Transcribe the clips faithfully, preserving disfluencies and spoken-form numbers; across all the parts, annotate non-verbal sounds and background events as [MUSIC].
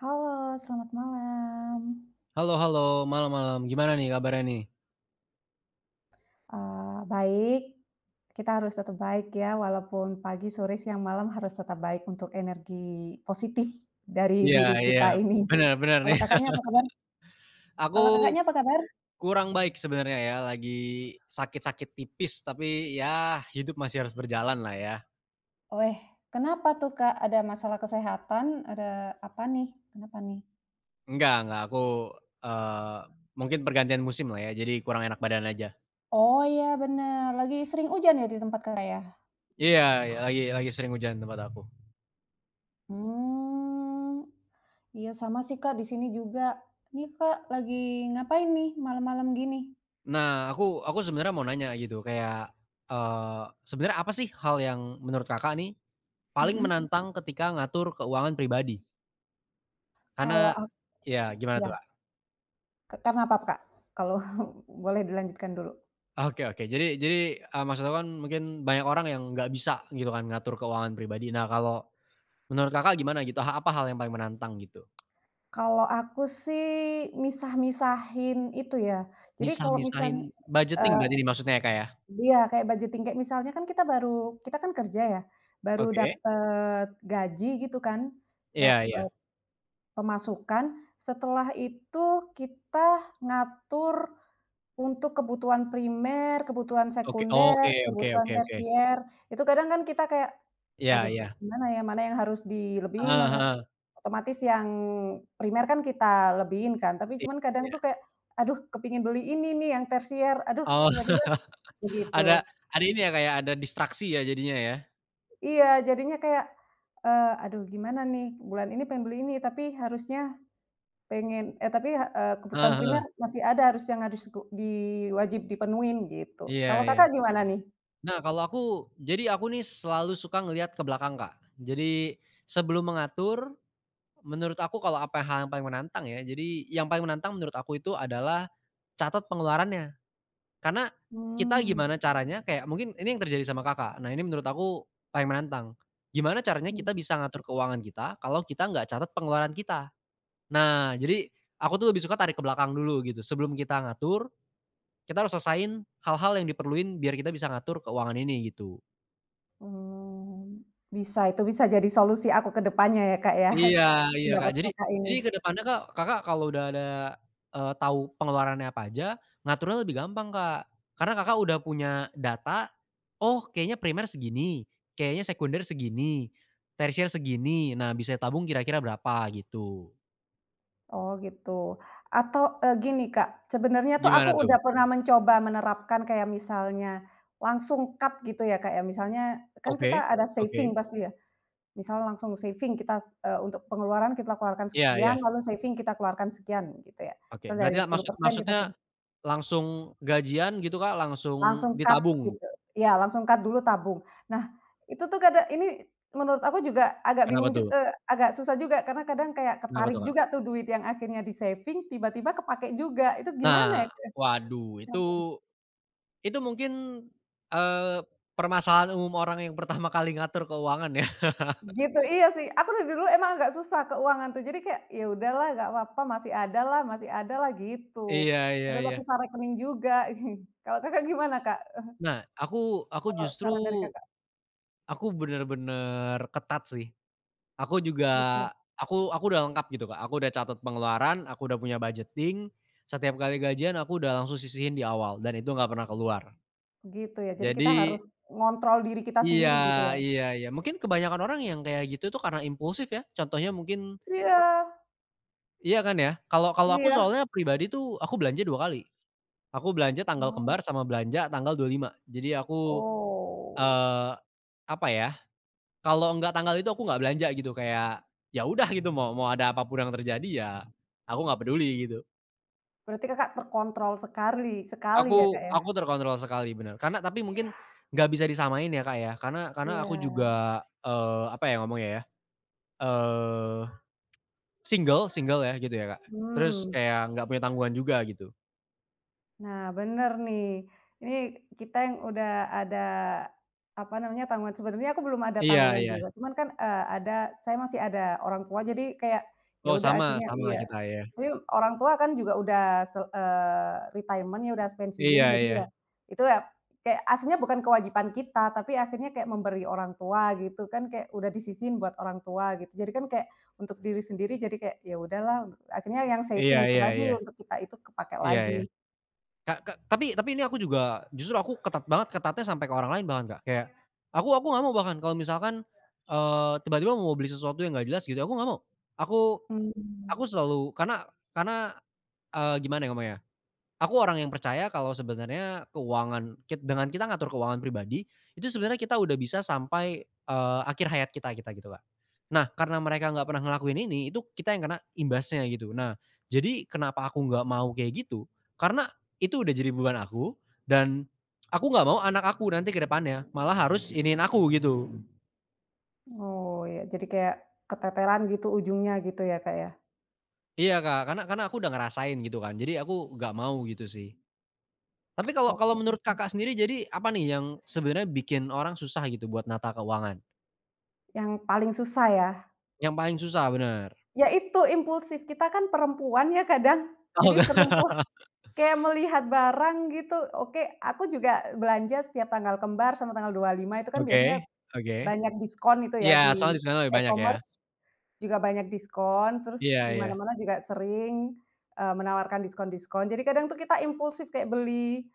Halo, selamat malam. Halo halo, malam-malam. Gimana nih kabarnya nih? Eee, baik, kita harus tetap baik ya, walaupun pagi, sore, siang, malam harus tetap baik untuk energi positif dari Iya diri iya, kita ini. bener bener Kalau nih. Kakaknya apa kabar? [LAUGHS] Kalau Aku Kakaknya apa kabar? kurang baik sebenarnya ya, lagi sakit-sakit tipis, tapi ya hidup masih harus berjalan lah ya. Weh, kenapa tuh, Kak? Ada masalah kesehatan? Ada apa nih? Kenapa nih? Enggak enggak, aku, eee, mungkin pergantian musim lah ya, jadi kurang enak badan aja. Oh iya, benar, lagi sering hujan ya di tempat Kakak ya? Iya iya, lagi lagi sering hujan tempat aku. Hmm, iya sama sih, Kak, di sini juga. Nih, Kak, lagi ngapain nih malam-malam gini? Nah, aku aku sebenarnya mau nanya gitu, kayak, eee, sebenarnya apa sih hal yang menurut Kakak nih, paling Mhm. menantang ketika ngatur keuangan pribadi? Kalau Karena ak ya, gimana ya tuh? ke karena apa, Kak? Kalau [LAUGHS] boleh dilanjutkan dulu. Oke oke. Jadi jadi, eee, maksud aku kan mungkin banyak orang yang nggak bisa gitu kan ngatur keuangan pribadi. Nah kalau menurut Kakak gimana gitu? Ha apa hal yang paling menantang gitu? Kalau aku sih misah-misahin itu ya, jadi kalau misal Misah-misahin budgeting eee, berarti nih maksudnya ya, Kak, ya? iya kayak budgeting, kayak misalnya kan kita baru kita kan kerja ya, baru Oke. dapet gaji gitu kan, Iya dapet iya. pemasukan, setelah itu kita ngatur untuk kebutuhan primer, kebutuhan Oke sekunder, oke oke kebutuhan oke oke. tersier, itu kadang kan kita kayak, Iya "Aduh iya. gimana ya, mana yang harus dilebihin, Heeh mana." heeh. Otomatis yang primer kan kita lebihin kan, tapi cuman kadang Iya. tuh kayak, "Aduh kepingin beli ini nih yang tersier, aduh," Oh, tiba-tiba [LAUGHS] begitu. ada ada ini ya, Kak, ya, ada distraksi ya jadinya ya? Iya, jadinya kayak, eee, "Aduh gimana nih, bulan ini pengen beli ini, tapi harusnya pengen eh tapi, eee, kebutuhan Heeh heeh. primer masih ada, harus yang harus ku di wajib dipenuhin," gitu. Kalau Iya iya. Kakak gimana nih? Nah kalau aku jadi aku nih selalu suka ngelihat ke belakang, Kak. Jadi sebelum mengatur. Menurut aku kalau apa hal yang paling menantang ya, jadi yang paling menantang menurut aku itu adalah catat pengeluarannya. Karena kita Mmm. gimana caranya kayak mungkin ini yang terjadi sama Kakak. Nah, ini menurut aku paling menantang. Gimana caranya Mhm. kita bisa ngatur keuangan kita kalau kita nggak catat pengeluaran kita. Nah, jadi aku tuh lebih suka tarik ke belakang dulu gitu. Sebelum kita ngatur, kita harus selesain hal-hal yang diperluin biar kita bisa ngatur keuangan ini gitu. Oh, bisa itu bisa jadi solusi aku ke depannya ya, Kak, ya, Iya [LAUGHS] iya, pendapat Kak. Jadi Kakak ini. jadi ke depannya, Kak, Kakak kalau udah ada, eee, tahu pengeluarannya apa aja, ngaturnya lebih gampang, Kak. Karena Kakak udah punya data, oh kayaknya primer segini, kayaknya sekunder segini, tersier segini, nah bisa tabung kira-kira berapa gitu. Oh gitu. Atau, eee, gini, Kak, sebenarnya tuh aku Gimana udah tuh? pernah mencoba menerapkan kayak misalnya langsung cut gitu ya, Kak, ya, misalnya kan Oke kita ada oke. saving pasti ya, misalnya langsung saving kita s eee, untuk pengeluaran kita keluarkan Iya sekian, iya. lalu saving kita keluarkan sekian gitu ya. Oke, Misal berarti dari sepuluh maksud persen kita sa maksudnya langsung gajian gitu, Kak, langsung langsung cut ditabung? gitu. Ya langsung cut dulu tabung. Nah, itu tuh kada ini menurut aku juga agak Kenapa bingung ju tuh eee, agak susah juga karena kadang kayak kenapa ketarik tuh, juga Kak? tuh duit yang akhirnya di-saving tiba-tiba kepakai juga. Itu gimana Nah, ya? waduh itu. [UNINTELLIGIBLE] Itu mungkin, eee, permasalahan umum orang yang pertama kali ngatur keuangan ya. [LAUGHS] Gitu, iya sih. Aku dari dulu emang agak susah keuangan tuh. Jadi kayak, ya udahlah nggak apa-apa masih ada lah masih ada lah gitu. Iya iya Ada iya. lapisan rekening juga. [LAUGHS] Kalau Kakak gimana, Kak? Nah, aku aku Kalau justru saran dari Kakak aku bener-bener ketat sih. Aku juga gitu. aku aku udah lengkap gitu, Kak. Aku udah catat pengeluaran, aku udah punya budgeting, setiap kali gajian aku udah langsung sisihin di awal dan itu nggak pernah keluar. Gitu ya, jadi kita Jadi harus ngontrol diri kita iya sendiri gitu ya? iya iya. Mungkin kebanyakan orang yang kayak gitu tuh karena impulsif ya, contohnya mungkin Iya. iya kan ya? Kalau kalau aku Iya. soalnya pribadi tuh, aku belanja dua kali. Aku belanja tanggal Oh kembar sama belanja tanggal dua puluh lima. Jadi aku, oh, eee, apa ya, kalau nggak tanggal itu aku nggak belanja gitu, kayak ya udah gitu mau mau ada apa pun yang terjadi ya aku nggak peduli gitu. berarti Kakak terkontrol sekali sekali ya, Aku Kak, ya? aku terkontrol sekali, bener. Karena tapi mungkin nggak bisa disamain ya, Kak, ya, karena karena aku Iya. juga, eee, apa ya ngomongnya ya, eee, single single ya gitu ya, Kak. Terus Mmm, kayak nggak punya tanggungan juga gitu. nah bener nih, ini kita yang udah ada, apa namanya, tanggungan sebenarnya aku belum ada Iya tanggungan iya. juga, cuman kan, eee, ada saya masih ada orang tua jadi kayak, ya Oh udah sama akhirnya sama iya. kita ya. Tapi orang tua kan juga udah se eee, retirement ya, udah pensiun, Iya jadi iya. ya itu ya kayak aslinya bukan kewajiban kita, tapi akhirnya kayak memberi orang tua gitu kan, kayak udah disisihin buat orang tua gitu. Jadi kan kayak untuk diri sendiri jadi kayak, ya udahlah untuk akhirnya yang Iya saving itu iya tadi iya. untuk kita itu kepakai Iya lagi. iya. Ka ka tapi tapi ini aku juga justru aku ketat banget, ketatnya sampai ke orang lain bahkan, Kak. Kayak aku aku nggak mau bahkan kalau misalkan, eee, tiba-tiba mau beli sesuatu yang nggak jelas gitu, aku nggak mau. Aku Mmm, aku selalu karena karena, eee, gimana ya ngomongnya, aku orang yang percaya kalau sebenarnya keuangan kit dengan kita ngatur keuangan pribadi, itu sebenarnya kita udah bisa sampai, eee, akhir hayat kita kita gitu, Kak. Nah, karena mereka nggak pernah ngelakuin ini, itu kita yang kena imbasnya gitu. Nah, jadi kenapa aku nggak mau kayak gitu, karena itu udah jadi beban aku dan aku nggak mau anak aku nanti ke depannya malah harus iniin aku gitu. oh ya, jadi kayak keteteran gitu ujungnya gitu ya, Kak, ya? Iya, Kak, karena karena aku udah ngerasain gitu kan, jadi aku nggak mau gitu sih. Tapi kalau Oke. kalau menurut Kakak sendiri jadi apa nih yang sebenarnya bikin orang susah gitu buat nata keuangan? Yang paling susah ya? Yang paling susah, bener. Ya itu impulsif, kita kan perempuan ya kadang, Oh, jadi nggak? perempuan kayak melihat barang gitu, oke, aku juga belanja setiap tanggal kembar sama tanggal dua puluh lima itu kan biasanya Oke oke. banyak diskon itu ya Iya, di soalnya di sana lebih banyak ya? e-commerce juga banyak diskon, terus Iya di iya. mana-mana juga sering, eee, menawarkan diskon-diskon. Jadi kadang tuh kita impulsif kayak beli,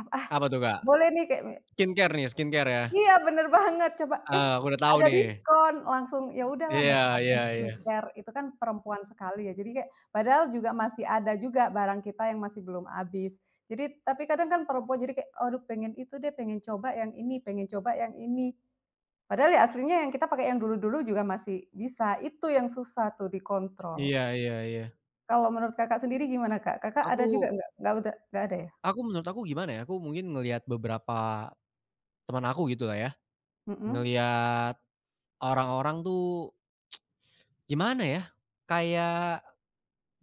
"Ah ah, Apa tuh, Kak? boleh nih," kayak Skincare nih, skincare ya? iya, bener banget, coba, eh, Eee, aku udah tahu ada nih. diskon, langsung ya udahlah Iya make up iya and iya. skincare itu kan perempuan sekali ya, jadi kayak padahal juga masih ada juga barang kita yang masih belum habis. Jadi tapi kadang kan perempuan jadi kayak, "Aduh pengen itu deh, pengen coba yang ini, pengen coba yang ini." Padahal ya aslinya yang kita pakai yang dulu-dulu juga masih bisa, itu yang susah tuh dikontrol. Iya iya iya. Kalau menurut Kakak sendiri gimana, Kak? Kakak ada juga Aku nggak? Nggak uda nggak ada ya? aku menurut aku gimana ya, aku mungkin ngelihat beberapa teman aku gitu lah ya, Mhm, ngelihat orang-orang tuh gimana ya, kayak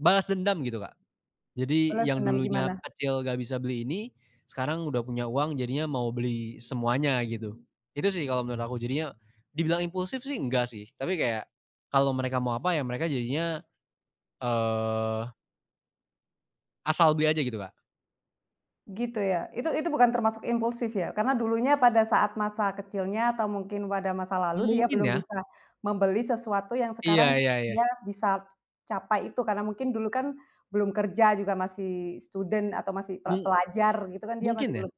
balas dendam gitu, Kak. Jadi balas yang dendam dulunya gimana? kecil gak bisa beli ini, sekarang udah punya uang jadinya mau beli semuanya gitu. Itu sih kalau menurut aku jadinya dibilang impulsif sih enggak sih, tapi kayak kalau mereka mau apa ya mereka jadinya, eee, asal beli aja gitu, Kak. Gitu ya? Itu itu bukan termasuk impulsif ya? Karena dulunya pada saat masa kecilnya atau mungkin pada masa lalu dia Mungkin belum ya, bisa membeli sesuatu yang iya sekarang iya iya, dia bisa capai itu, karena mungkin dulu kan belum kerja juga masih student atau masih pe mung pelajar gitu kan dia mungkin masih ya, belum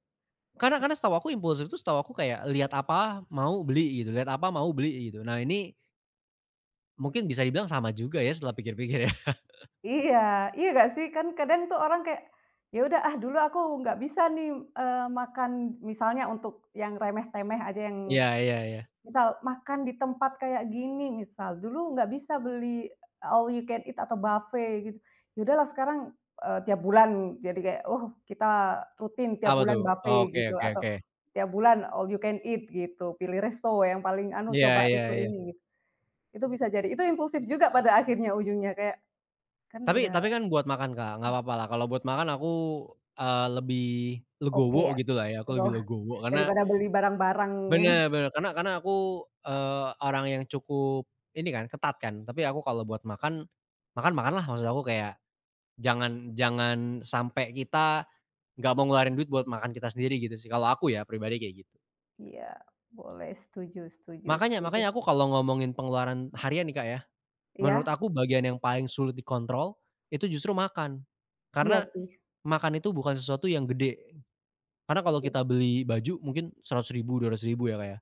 karena mas karena setahu aku impulsif itu setahu aku kayak lihat apa mau beli gitu, lihat apa mau beli gitu. Nah ini mungkin bisa dibilang sama juga ya setelah pikir-pikir ya. iya, iya nggak sih? Kan kadang tuh orang kayak, "Ya udah ah dulu aku nggak bisa nih, eee, makan," misalnya untuk yang remeh-temeh aja yang Iya iya iya. misal makan di tempat kayak gini misal, dulu nggak bisa beli all you can eat atau buffet gitu. Ya udahlah sekarang, eee, tiap bulan jadi kayak, oh kita rutin tiap Apa bulan tuh? buffet Oke gitu oke atau oke. tiap bulan all you can eat gitu, pilih resto yang paling anu, Iya coba iya resto iya. ini gitu. Itu bisa jadi itu impulsif juga pada akhirnya ujungnya kayak, kan Tapi udah tapi kan buat makan, Kak, nggak apa-apa lah kalau buat makan aku, eee, lebih oke legowo ya gitu lah ya, aku kalau lebih legowo karena daripada beli barang-barang yang bener bener, karena karena aku, eee, orang yang cukup ini kan, ketat kan, tapi aku kalau buat makan, makan makanlah maksud aku kayak jangan jangan sampai kita nggak mau ngeluarin duit buat makan kita sendiri gitu sih, kalau aku ya pribadi kayak gitu. iya boleh, setuju setuju Makanya setuju. makanya aku kalau ngomongin pengeluaran harian nih, Kak, ya, menurut Iya? aku bagian yang paling sulit dikontrol itu justru makan. Iya Karena sih, makan itu bukan sesuatu yang gede, karena kalau mungkin. kita beli baju mungkin seratus ribu dua ratus ribu ya, Kak, ya.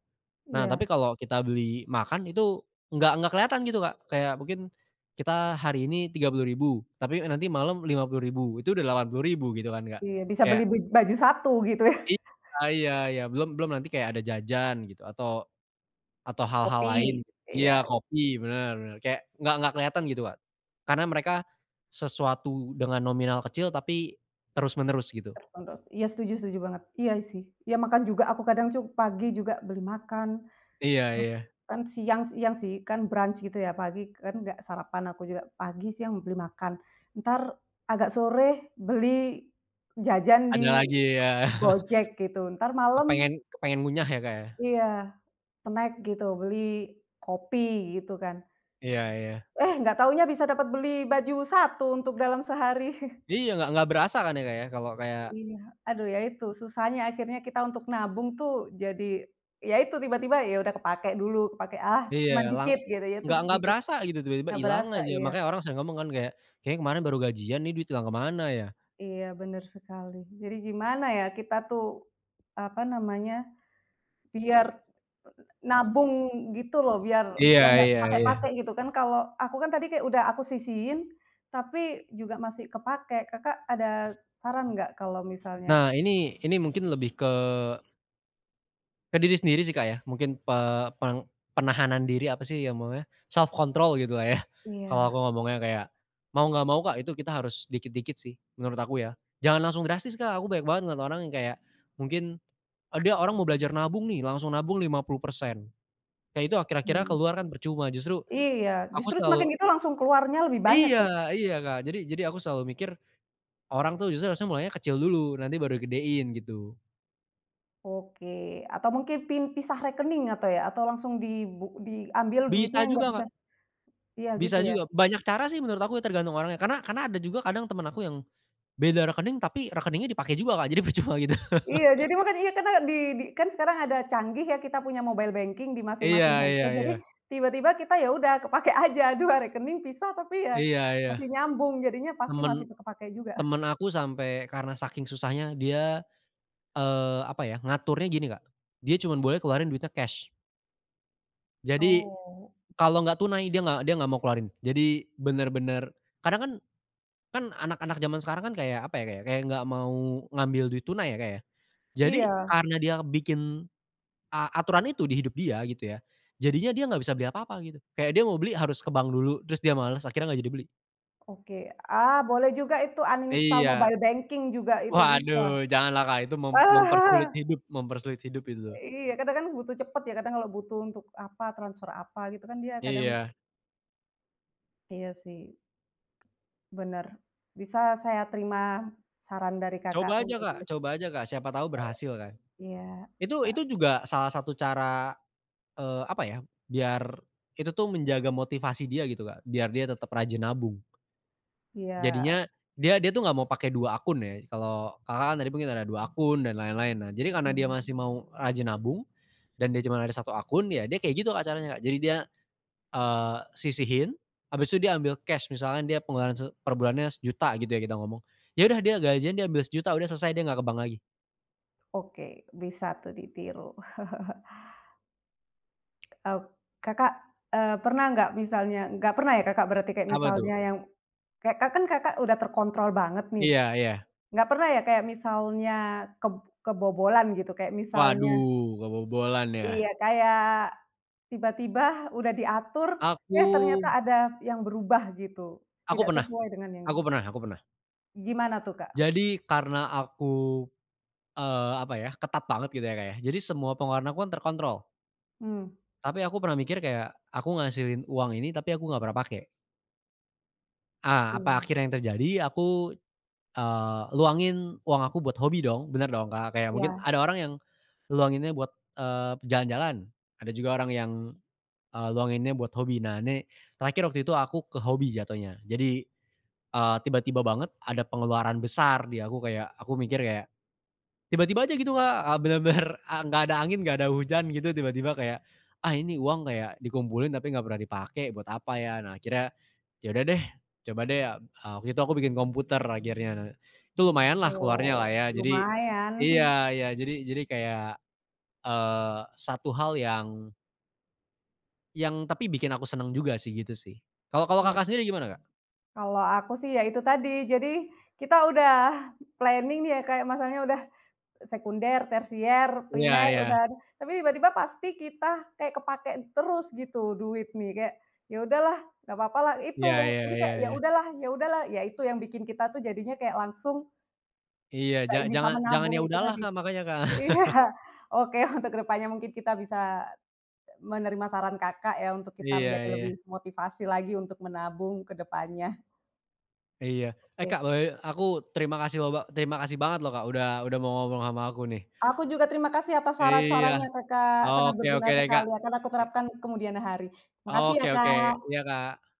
Nah, Iya. tapi kalau kita beli makan itu nggak nggak kelihatan gitu, Kak. Kayak mungkin kita hari ini tiga puluh ribu tapi nanti malam lima puluh ribu itu udah delapan puluh ribu gitu kan, Kak. Iya, bisa beli Kayak baj baju satu gitu ya. iya iya iya, belum belum nanti kayak ada jajan gitu atau atau hal-hal lain. Kopi. Iya, Iya, kopi, bener bener, kayak nggak nggak kelihatan gitu, Kak. Karena mereka sesuatu dengan nominal kecil tapi terus menerus gitu. terus. Iya, setuju setuju banget. Iya sih. Iya makan juga aku kadang cu pagi juga beli makan, Iya terus iya. kan siang siang sih, kan brunch gitu ya, pagi kan nggak sarapan aku juga, pagi, siang beli makan, entar agak sore beli jajan di Ada lagi ya, Gojek gitu, entar malam kepengen kepengen ngunyah ya, Kak, ya? iya, snack gitu, beli kopi gitu kan. Iya iya. Eh, nggak taunya bisa dapat beli baju satu untuk dalam sehari. [LAUGHS] Iya, nggak nggak berasa kan ya, Kak, ya, kalau kayak Iya, aduh ya itu, susahnya akhirnya kita untuk nabung tuh jadi ya itu tiba-tiba ya udah kepakai dulu, kepakai, ah iya, cuman lang dikit gitu ya, tuh nggak nggak dikit berasa gitu, tiba-tiba nggak hilang berasa, aja. iya. Makanya orang sering ngomong kan kayak, "Kayaknya kemarin baru gajian nih duit hilang ke mana ya?" Iya bener sekali. Jadi gimana ya kita tuh, apa namanya, biar nabung gitu loh, biar Iya yang nggak iya iya. kepakai-pakai gitu kan, kalau aku kan tadi kayak udah aku sisihin, tapi juga masih kepakai. Kakak ada saran nggak kalau misalnya Nah, ini ini mungkin lebih ke ke diri sendiri sih, Kak, ya. Mungkin pe peng penahanan diri apa sih ngomongnya, self control gitulah ya, kalau iya, aku ngomongnya kayak, mau nggak mau, Kak, itu kita harus dikit-dikit sih menurut aku ya. Jangan langsung drastis, Kak, aku banyak banget ngeliat orang yang kayak mungkin ada orang mau belajar nabung nih, langsung nabung lima puluh persen. Kayak itu akhir-akhirnya keluar kan percuma, justru iya, aku justru semakin selalu gitu langsung keluarnya lebih banyak iya ya? iya, Kak. Jadi jadi aku selalu mikir, orang tuh justru harusnya mulainya kecil dulu, nanti baru gedein gitu. Oke, atau mungkin pin pisah rekening atau ya, atau langsung dibu diambil duitnya Bisa nggak juga, bisa Kak, iya gitu bisa ya? juga. Banyak cara sih menurut aku ya tergantung orangnya, karena karena ada juga kadang temen aku yang beda rekening, tapi rekeningnya dipakai juga, Kak, jadi [LAUGHS] percuma gitu. Iya, jadi makanya iya karena di di kan sekarang ada canggih ya, kita punya mobile banking di Iya masing-masing iya handphone, jadi iya. tiba-tiba kita ya udah kepakai [LAUGHS] aja, dua rekening pisah tapi ya Iya iya. masih nyambung, jadinya pasti Temen masih kepakai juga. temen aku sampai karena saking susahnya dia, eee, apa ya, ngaturnya gini, Kak, dia cuman boleh keluarin duitnya cash. Jadi Oh, kalau nggak tunai, dia nggak dia nggak mau keluarin. Jadi bener-bener kadang kan kan anak-anak zaman sekarang kan kayak, apa ya, kayak kayak nggak mau ngambil duit tunai ya, Kak, ya. Jadi iya, karena dia bikin a aturan itu di hidup dia gitu ya, jadinya dia nggak bisa beli apa-apa gitu. Kayak dia mau beli harus ke bank dulu, terus dia males akhirnya nggak jadi beli. oke. Ah, boleh juga itu uninstall Iya. mobile banking juga itu Waduh, bisa. janganlah, Kak, itu mem mempersulit [LAUGHS] hidup mempersulit hidup itu. Iya, kadang kan butuh cepet ya, kadang kalau butuh untuk apa, transfer apa gitu kan dia kadang Iya. iya sih, bener. Bisa saya terima saran dari Kakak Coba aja, untuk Kak, nulis coba aja, Kak, siapa tahu berhasil kan. iya, Itu Kak, itu juga salah satu cara. Eee, apa ya, biar itu tuh menjaga motivasi dia gitu, Kak, biar dia tetap rajin nabung. iya, Jadinya dia dia tuh nggak mau pakai dua akun ya, kalau Kakak kan tadi mungkin ada dua akun dan lain-lain. Nah, jadi karena dia bener. masih mau rajin nabung dan dia cuman ada satu akun, ya dia kayak gitu, Kak, caranya, Kak. Jadi dia, eee, sisihin, habis itu dia ambil cash, misalkan dia pengeluaran se per bulannya rp gitu ya kita ngomong. Ya udah dia gajian dia ambil sejuta udah selesai, dia nggak ke bank lagi. Oke, bisa tuh ditiru. Eee, Kakak, eee, pernah nggak misalnya nggak pernah ya Kakak berarti kayak Apa tuh? misalnya yang kayak ka kan Kakak udah terkontrol banget nih, Iya iya. nggak pernah ya kayak misalnya keb kebobolan gitu, kayak misalnya Waduh, kebobolan ya? iya, kayak tiba-tiba udah diatur, Aku eh ternyata ada yang berubah gitu, aku tidak pernah. sesuai dengan yang di Aku pernah aku pernah. gimana tuh, Kak? Jadi karena aku, eee, apa ya, ketat banget gitu ya, Kak, ya, jadi semua pengeluaran aku kan terkontrol. Mmm, Tapi aku pernah mikir kayak, aku ngasilin uang ini tapi aku nggak pernah pakai. Ah, apa iya, akhirnya yang terjadi aku, eee, luangin uang aku buat hobi dong, bener dong, Kak, kayak mungkin iya. ada orang yang luanginnya buat, eee, jalan-jalan, ada juga orang yang, eee, luanginnya buat hobi. Nah ini terakhir waktu itu aku ke hobi jatuhnya. Jadi, eee, tiba-tiba banget ada pengeluaran besar di aku kayak aku mikir kayak. Tiba-tiba aja gitu, Kak, eee, bener-bener, eee, nggak ada angin, nggak ada hujan gitu, tiba-tiba kayak, "Ah, ini uang kayak dikumpulin tapi nggak pernah dipakai, buat apa ya?" Nah, akhirnya, ya udah deh, coba deh, eee, waktu itu aku bikin komputer akhirnya. Nah, itu lumayanlah keluarnya Oh, lah ya. Jadi lumayan, iya iya, jadi jadi kayak, eee, satu hal yang yang tapi bikin aku seneng juga sih, gitu sih. Kalau [LAUGHS] kalau iya. Kakak sendiri gimana, Kak? Kalau aku sih ya itu tadi, jadi kita udah planning nih ya, kayak Masnya, sekunder, tersier, Iya primer, iya. udah tapi tiba-tiba pasti kita kayak kepakai terus gitu duit nih, kayak, ya udahlah nggak apa-apa lah itu, Iya iya jadi iya kayak, ya iya. udahlah ya udahlah, ya itu yang bikin kita tuh jadinya kayak langsung Iya, ja kayak bisa jangan jangan menabung ya itu udahlah, tadi. Kak, makanya, [LAUGHS] Kak. Iya, oke untuk ke depannya mungkin kita bisa menerima saran Kakak ya untuk kita Iya menjadi lebih iya. motivasi lagi untuk menabung ke depannya. Iya. Eh, Oke, Kak, boleh aku terima kasih loh ba terima kasih banget loh, Kak, udah udah mau ngobrol sama aku nih. aku juga terima kasih atas Iya. saran-sarannya Kakak, sangat Oke berguna oke deh, Kak. sekali akan aku Iya. terapkan kemudian hari. Makasih ya, Oke oke. Kak. Iya, Kak.